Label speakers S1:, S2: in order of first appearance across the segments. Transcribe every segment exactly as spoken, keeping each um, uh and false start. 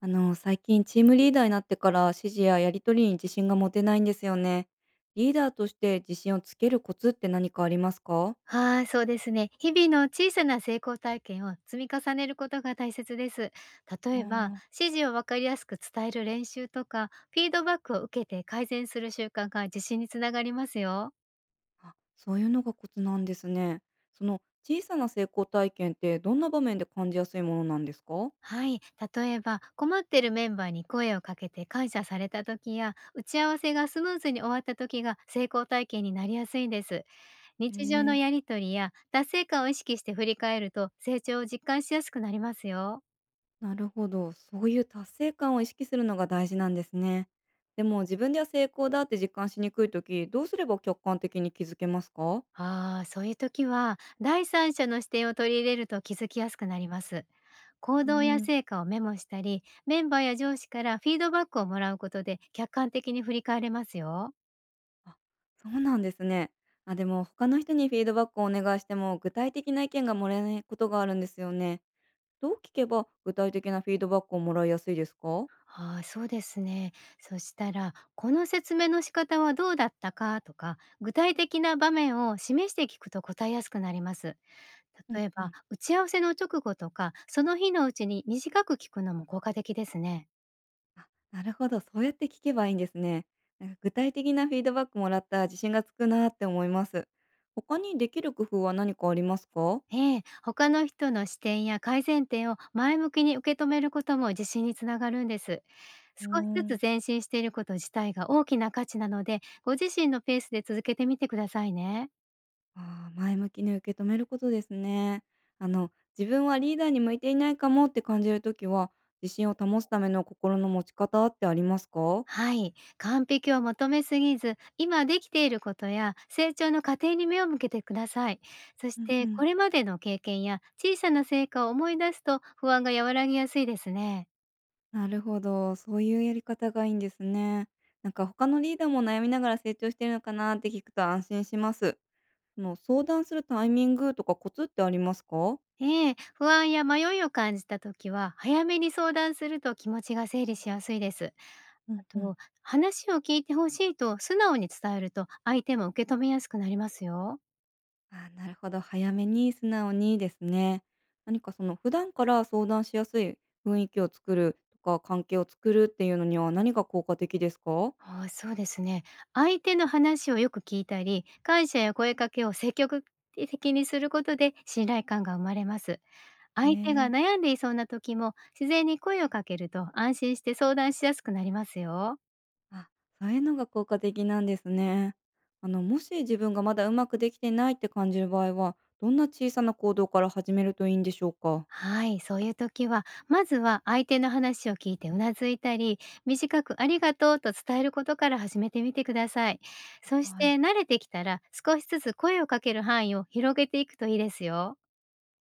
S1: あの、最近チームリーダーになってから指示ややり取りに自信が持てないんですよね。リーダーとして自信をつけるコツって何かありますか？
S2: はい、そうですね。日々の小さな成功体験を積み重ねることが大切です。
S1: あ
S2: 例えば、
S1: ー
S2: 指示をわかりやすく伝える練習とか、フィードバックを受けて改善する習慣が自信につながりますよ。
S1: あ、そういうのがコツなんですね。その小さな成功体験ってどんな場面で感じやすいものなんですか？
S2: はい、例えば、困っているメンバーに声をかけて感謝された時や、打ち合わせがスムーズに終わった時が成功体験になりやすいんです。
S1: へえ
S2: 日常の
S1: ー、
S2: やりとりや達成感を意識して振り返ると成長を実感しやすくなりますよ。
S1: なるほど。そういう達成感を意識するのが大事なんですね。でも自分では成功だって実感しにくい時どうすれば客観的に気づけますか？
S2: ああ、そういう時は、第三者の視点を取り入れると気づきやすくなります。行
S1: う
S2: 動や
S1: ん、
S2: 成果をメモしたり、メンバーや上司からフィードバックをもらうことで客観的に振り返れますよ。
S1: あ、そうなんですね。あ、でも他の人にフィードバックをお願いしても具体的な意見がもらえないことがあるんですよね。どう聞けば具体的なフィードバックをもらいやすいですか？
S2: ああ、そうですね。そしたら、この説明の仕方はどうだったかとか、具体的な場面を示して聞くと答えやすくなります。
S1: う
S2: 例
S1: ん
S2: え
S1: う
S2: ば、
S1: ん。
S2: 打ち合わせの直後とか、その日のうちに短く聞くのも効果的ですね。
S1: あ、なるほど、そうやって聞けばいいんですね。なんか具体的なフィードバックもらったら自信がつくなって思います。他にできる工夫は何かありますか？
S2: ええ、他の人の視点や改善点を前向きに受け止めることも自信につながるんです。
S1: うー
S2: 少しず
S1: ん、
S2: つ前進していること自体が大きな価値なので、ご自身のペースで続けてみてくださいね。
S1: あー前向きに受け止めることですね。あの、自分はリーダーに向いていないかもって感じるときは、自信を保つための心の持ち方ってありますか？
S2: はい。完璧を求めすぎず、今できていることや成長の過程に目を向けてください。そし
S1: うんう
S2: て、
S1: ん、
S2: これまでの経験や小さな成果を思い出すと不安が和らぎやすいですね。
S1: なるほど。そういうやり方がいいんですね。なんか他のリーダーも悩みながら成長してるのかなって聞くと安心します。その相談するタイミングとかコツってありますか？
S2: ええ、不安や迷いを感じた時は、早めに相談すると気持ちが整理しやすいです。
S1: うん
S2: あ
S1: うん、
S2: と、話を聞いてほしいと素直に伝えると、相手も受け止めやすくなりますよ。
S1: ああ、なるほど。早めに素直にですね。何かその普段から相談しやすい雰囲気を作るとか、関係を作るっていうのには何が効果的ですか？
S2: ああ、そうですね。相手の話をよく聞いたり、感謝や声かけを積極的にすることで信頼感が生まれます。
S1: え
S2: 相手が
S1: え、
S2: 悩んでいそうな時も、自然に声をかけると安心して相談しやすくなりますよ。
S1: あ、そういうのが効果的なんですね。あの、もし自分がまだうまくできてないって感じる場合は、どんな小さな行動から始めるといいんでしょうか？
S2: はい、そういう時は、まずは相手の話を聞いてうなずいたり、短くありがとうと伝えることから始めてみてください。そし
S1: はい、
S2: て慣れてきたら、少しずつ声をかける範囲を広げていくといいですよ。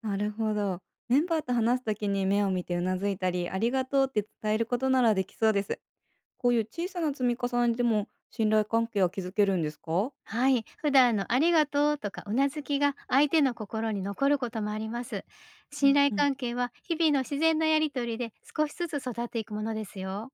S1: なるほど。メンバーと話すときに目を見てうなずいたり、ありがとうって伝えることならできそうです。こういう小さな積み重ねでも信頼関係は築けるんですか？
S2: はい、普段のありがとうとかうなずきが相手の心に残ることもあります。
S1: う
S2: 信
S1: ん
S2: 頼
S1: うん。
S2: 関係は日々の自然なやりとりで少しずつ育っていくものですよ。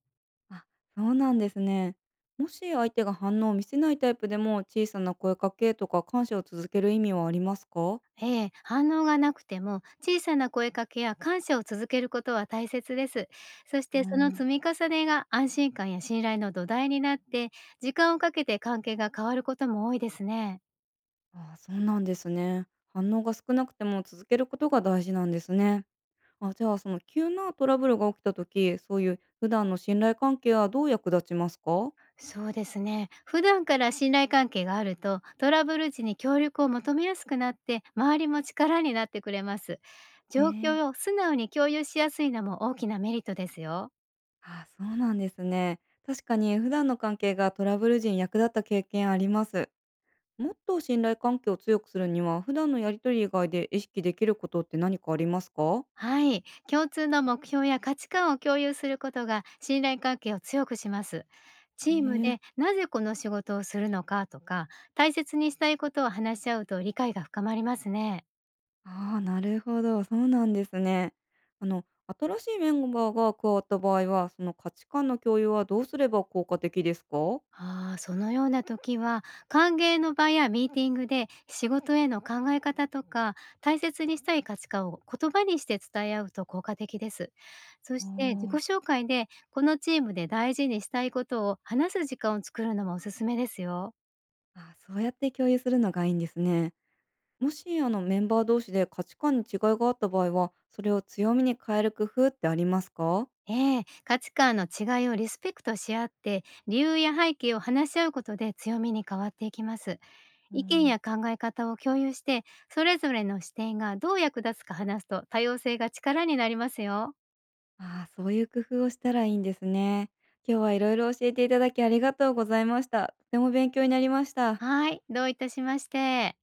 S1: あ、そうなんですね。もし相手が反応を見せないタイプでも、小さな声かけとか感謝を続ける意味はありますか？
S2: ええ、反応がなくても小さな声かけや感謝を続けることは大切です。そし
S1: うー
S2: てその積
S1: ん。
S2: み重ねが安心感や信頼の土台になって、時間をかけて関係が変わることも多いですね。
S1: あ、そうなんですね。反応が少なくても続けることが大事なんですね。あ、じゃあその急なトラブルが起きた時、そういう普段の信頼関係はどう役立ちますか？
S2: そうですね。普段から信頼関係があるとトラブル時に協力を求めやすくなって、周りも力になってくれます。状
S1: ね。
S2: 況
S1: え、
S2: を素直に共有しやすいのも大きなメリットですよ。
S1: ああ、そうなんですね。確かに普段の関係がトラブル時に役立った経験あります。もっと信頼関係を強くするには、普段のやりとり以外で意識できることって何かありますか？
S2: はい、共通の目標や価値観を共有することが信頼関係を強くします。チ
S1: え
S2: ーム
S1: え、
S2: でなぜこの仕事をするのかとか、大切にしたいことを話し合うと理解が深まりますね。
S1: ああ、なるほど。そうなんですね。あの、新しいメンバーが加わった場合は、その価値観の共有はどうすれば効果的ですか？
S2: ああ、そのような時は歓迎の場やミーティングで仕事への考え方とか、大切にしたい価値観を言葉にして伝え合うと効果的です。そ
S1: お
S2: して自己
S1: ー、
S2: 紹介でこのチームで大事にしたいことを話す時間を作るのもおすすめですよ。
S1: あ、そうやって共有するのがいいんですね。もしあのメンバー同士で価値観に違いがあった場合は、それを強みに変える工夫ってありますか？
S2: ええ、価値観の違いをリスペクトし合って理由や背景を話し合うことで強みに変わっていきます。
S1: う
S2: 意見
S1: ん、
S2: や考え方を共有してそれぞれの視点がどう役立つか話すと多様性が力になりますよ。
S1: ああ、そういう工夫をしたらいいんですね。今日はいろいろ教えていただきありがとうございました。とても勉強になりました。
S2: はい、どういたしまして。